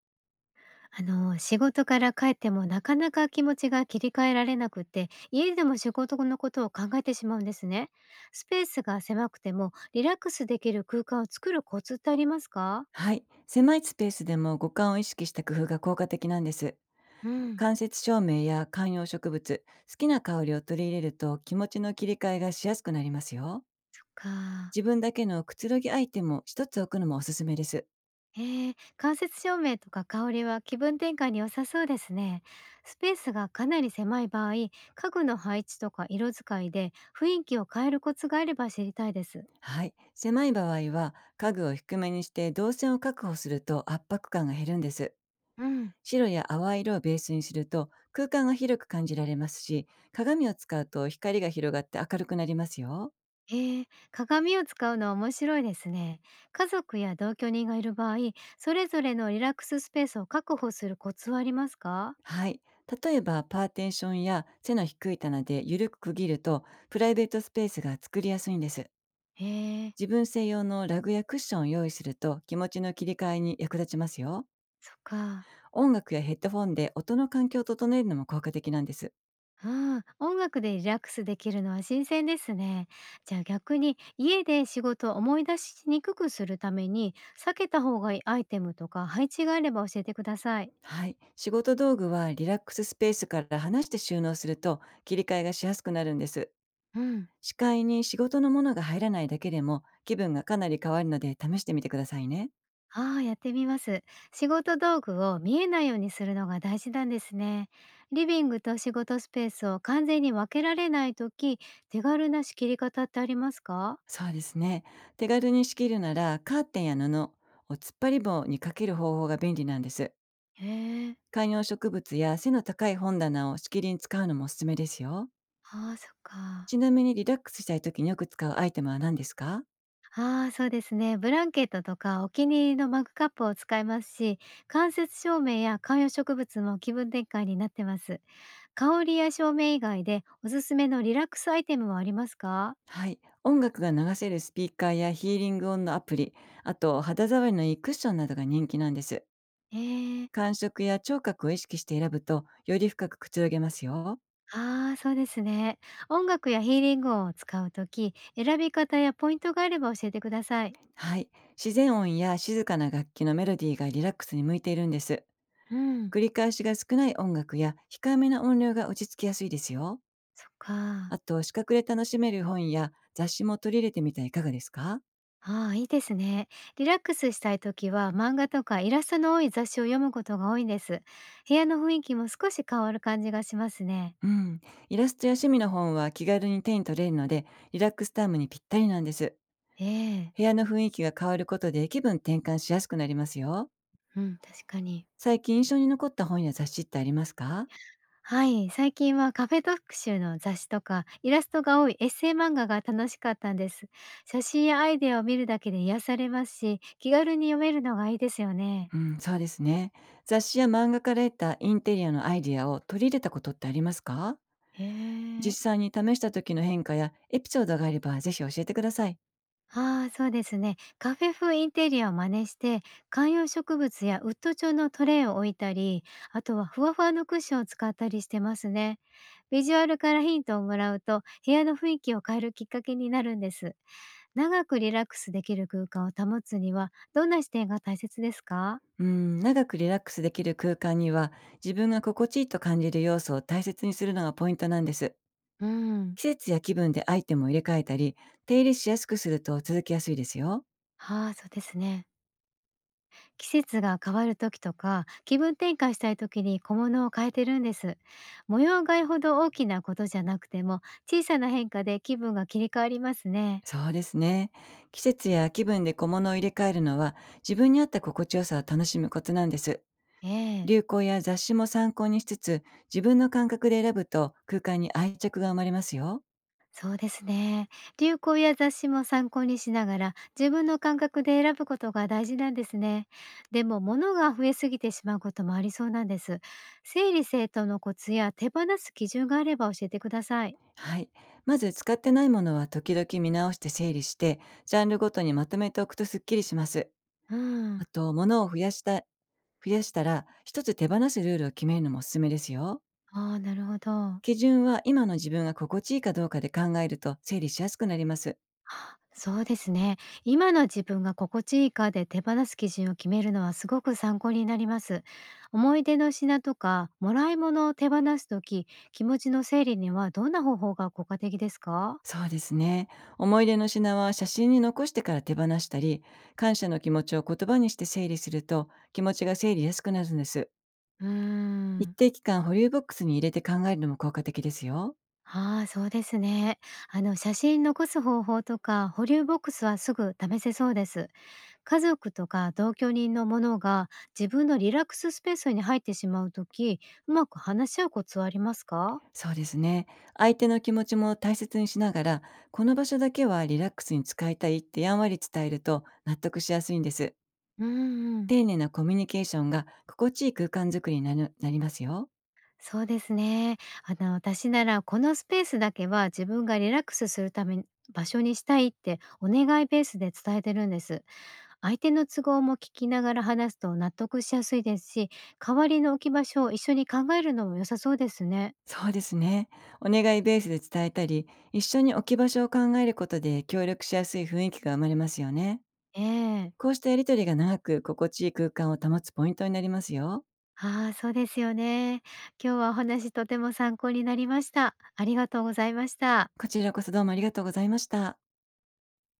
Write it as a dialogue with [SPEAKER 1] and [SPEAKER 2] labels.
[SPEAKER 1] 仕事から帰ってもなかなか気持ちが切り替えられなくって、家でも仕事のことを考えてしまうんですね。スペースが狭くてもリラックスできる空間を作るコツってありますか？
[SPEAKER 2] はい、狭いスペースでも五感を意識した工夫が効果的なんです。
[SPEAKER 1] うん、
[SPEAKER 2] 間接照明や観葉植物、好きな香りを取り入れると気持ちの切り替えがしやすくなりますよ。
[SPEAKER 1] そっか。
[SPEAKER 2] 自分だけのくつろぎアイテムを一つ置くのもおすすめです。
[SPEAKER 1] 間接照明とか香りは気分転換に良さそうですね。スペースがかなり狭い場合、家具の配置とか色使いで雰囲気を変えるコツがあれば知りたいです。
[SPEAKER 2] はい、狭い場合は家具を低めにして動線を確保すると圧迫感が減るんです。白や淡い色をベースにすると空間が広く感じられますし、鏡を使うと光が広がって明るくなりますよ。
[SPEAKER 1] ええ、鏡を使うのは面白いですね。家族や同居人がいる場合、それぞれのリラックススペースを確保するコツはありますか？
[SPEAKER 2] はい。例えば、パーテーションや背の低い棚で緩く区切ると、プライベートスペースが作りやすいんです。
[SPEAKER 1] へえ、
[SPEAKER 2] 自分専用のラグやクッションを用意すると、気持ちの切り替えに役立ちますよ。
[SPEAKER 1] そっか。
[SPEAKER 2] 音楽やヘッドフォンで音の環境を整えるのも効果的なんです。
[SPEAKER 1] うん、音楽でリラックスできるのは新鮮ですね。じゃあ逆に家で仕事を思い出しにくくするために避けた方がいいアイテムとか配置があれば教えてください。
[SPEAKER 2] はい。仕事道具はリラックススペースから離して収納すると、切り替えがしやすくなるんです。
[SPEAKER 1] うん。
[SPEAKER 2] 視界に仕事のものが入らないだけでも、気分がかなり変わるので試してみてくださいね。
[SPEAKER 1] ああ、やってみます。仕事道具を見えないようにするのが大事なんですね。リビングと仕事スペースを完全に分けられないとき、手軽な仕切り方ってありますか？
[SPEAKER 2] そうですね。手軽に仕切るなら、カーテンや布を突っ張り棒にかける方法が便利なんです。
[SPEAKER 1] へえ、
[SPEAKER 2] 観葉植物や背の高い本棚を仕切りに使うのもおすすめですよ。
[SPEAKER 1] ああ、そっか。
[SPEAKER 2] ちなみにリラックスしたい時によく使うアイテムは何ですか？
[SPEAKER 1] ああ、そうですね。ブランケットとかお気に入りのマグカップを使いますし、間接照明や観葉植物も気分転換になってます。香りや照明以外でおすすめのリラックスアイテムはありますか？
[SPEAKER 2] はい。音楽が流せるスピーカーやヒーリング音のアプリ、あと肌触りのいいクッションなどが人気なんです。
[SPEAKER 1] へえ。
[SPEAKER 2] 感触や聴覚を意識して選ぶと、より深くくつろげますよ。
[SPEAKER 1] ああ、そうですね。音楽やヒーリング音を使うとき、選び方やポイントがあれば教えてください。
[SPEAKER 2] はい。自然音や静かな楽器のメロディーがリラックスに向いているんです。
[SPEAKER 1] うん。
[SPEAKER 2] 繰り返しが少ない音楽や控えめな音量が落ち着きやすいですよ。
[SPEAKER 1] そっか。
[SPEAKER 2] あと、視覚で楽しめる本や雑誌も取り入れてみてはいかがですか？
[SPEAKER 1] ああ、いいですね。リラックスしたいときは漫画とかイラストの多い雑誌を読むことが多いんです。部屋の雰囲気も少し変わる感じがしますね。
[SPEAKER 2] うん。イラストや趣味の本は気軽に手に取れるので、リラックスタイムにぴったりなんです。
[SPEAKER 1] ええ。
[SPEAKER 2] 部屋の雰囲気が変わることで気分転換しやすくなりますよ。
[SPEAKER 1] うん。確かに。
[SPEAKER 2] 最近印象に残った本や雑誌ってありますか？
[SPEAKER 1] はい、最近はカフェ特集の雑誌とかイラストが多いエッセイ漫画が楽しかったんです。写真やアイデアを見るだけで癒されますし、気軽に読めるのがいいですよね。
[SPEAKER 2] うん、そうですね。雑誌や漫画から得たインテリアのアイディアを取り入れたことってありますか？
[SPEAKER 1] へえ。
[SPEAKER 2] 実際に試した時の変化やエピソードがあればぜひ教えてください。
[SPEAKER 1] ああ、そうですね。カフェ風インテリアを真似して、観葉植物やウッド調のトレイを置いたり、あとはふわふわのクッションを使ったりしてますね。ビジュアルからヒントをもらうと、部屋の雰囲気を変えるきっかけになるんです。長くリラックスできる空間を保つには、どんな視点が大切ですか？
[SPEAKER 2] うん、長くリラックスできる空間には、自分が心地いいと感じる要素を大切にするのがポイントなんです。
[SPEAKER 1] うん。
[SPEAKER 2] 季節や気分でアイテムを入れ替えたり、手入れしやすくすると続きやすいですよ。
[SPEAKER 1] はあ、そうですね。季節が変わる時とか、気分転換したい時に小物を変えてるんです。模様替えほど大きなことじゃなくても、小さな変化で気分が切り替わりますね。
[SPEAKER 2] そうですね。季節や気分で小物を入れ替えるのは、自分に合った心地よさを楽しむコツなんです。
[SPEAKER 1] ええ。
[SPEAKER 2] 流行や雑誌も参考にしつつ、自分の感覚で選ぶと空間に愛着が生まれますよ。
[SPEAKER 1] そうですね。流行や雑誌も参考にしながら自分の感覚で選ぶことが大事なんですね。でも物が増えすぎてしまうこともありそうなんです。整理整頓のコツや手放す基準があれば教えてください。
[SPEAKER 2] はい。まず使ってないものは時々見直して整理して、ジャンルごとにまとめておくとすっきりします。
[SPEAKER 1] う
[SPEAKER 2] あ
[SPEAKER 1] ん、
[SPEAKER 2] と、物を増やしたら、一つ手放すルールを決めるのもおすすめですよ。
[SPEAKER 1] ああ、なるほど。
[SPEAKER 2] 基準は今の自分が心地いいかどうかで考えると整理しやすくなります。
[SPEAKER 1] あ、そうですね。今の自分が心地いいかで手放す基準を決めるのはすごく参考になります。思い出の品とかもらい物を手放すとき、気持ちの整理にはどんな方法が効果的ですか？
[SPEAKER 2] そうですね。思い出の品は写真に残してから手放したり、感謝の気持ちを言葉にして整理すると気持ちが整理しやすくなるんです。
[SPEAKER 1] うー
[SPEAKER 2] 一
[SPEAKER 1] ん。
[SPEAKER 2] 定期間保留ボックスに入れて考えるのも効果的ですよ。
[SPEAKER 1] ああ、そうですね。写真残す方法とか、保留ボックスはすぐ試せそうです。家族とか同居人のものが自分のリラックススペースに入ってしまうとき、うまく話し合うコツはありますか？
[SPEAKER 2] そうですね。相手の気持ちも大切にしながら、この場所だけはリラックスに使いたいってやんわり伝えると納得しやすいんです。
[SPEAKER 1] うんうん。
[SPEAKER 2] 丁寧なコミュニケーションが心地いい空間づくりになるなりますよ。
[SPEAKER 1] そうですね。私ならこのスペースだけは自分がリラックスするために場所にしたいってお願いベースで伝えてるんです。相手の都合も聞きながら話すと納得しやすいですし、代わりの置き場所を一緒に考えるのも良さそうですね。
[SPEAKER 2] そうですね。お願いベースで伝えたり、一緒に置き場所を考えることで協力しやすい雰囲気が生まれますよね。
[SPEAKER 1] ええ。
[SPEAKER 2] こうしたやりとりが長く心地いい空間を保つポイントになりますよ。
[SPEAKER 1] ああ、そうですよね。今日はお話とても参考になりました。ありがとうございました。
[SPEAKER 2] こちらこそどうもありがとうございました。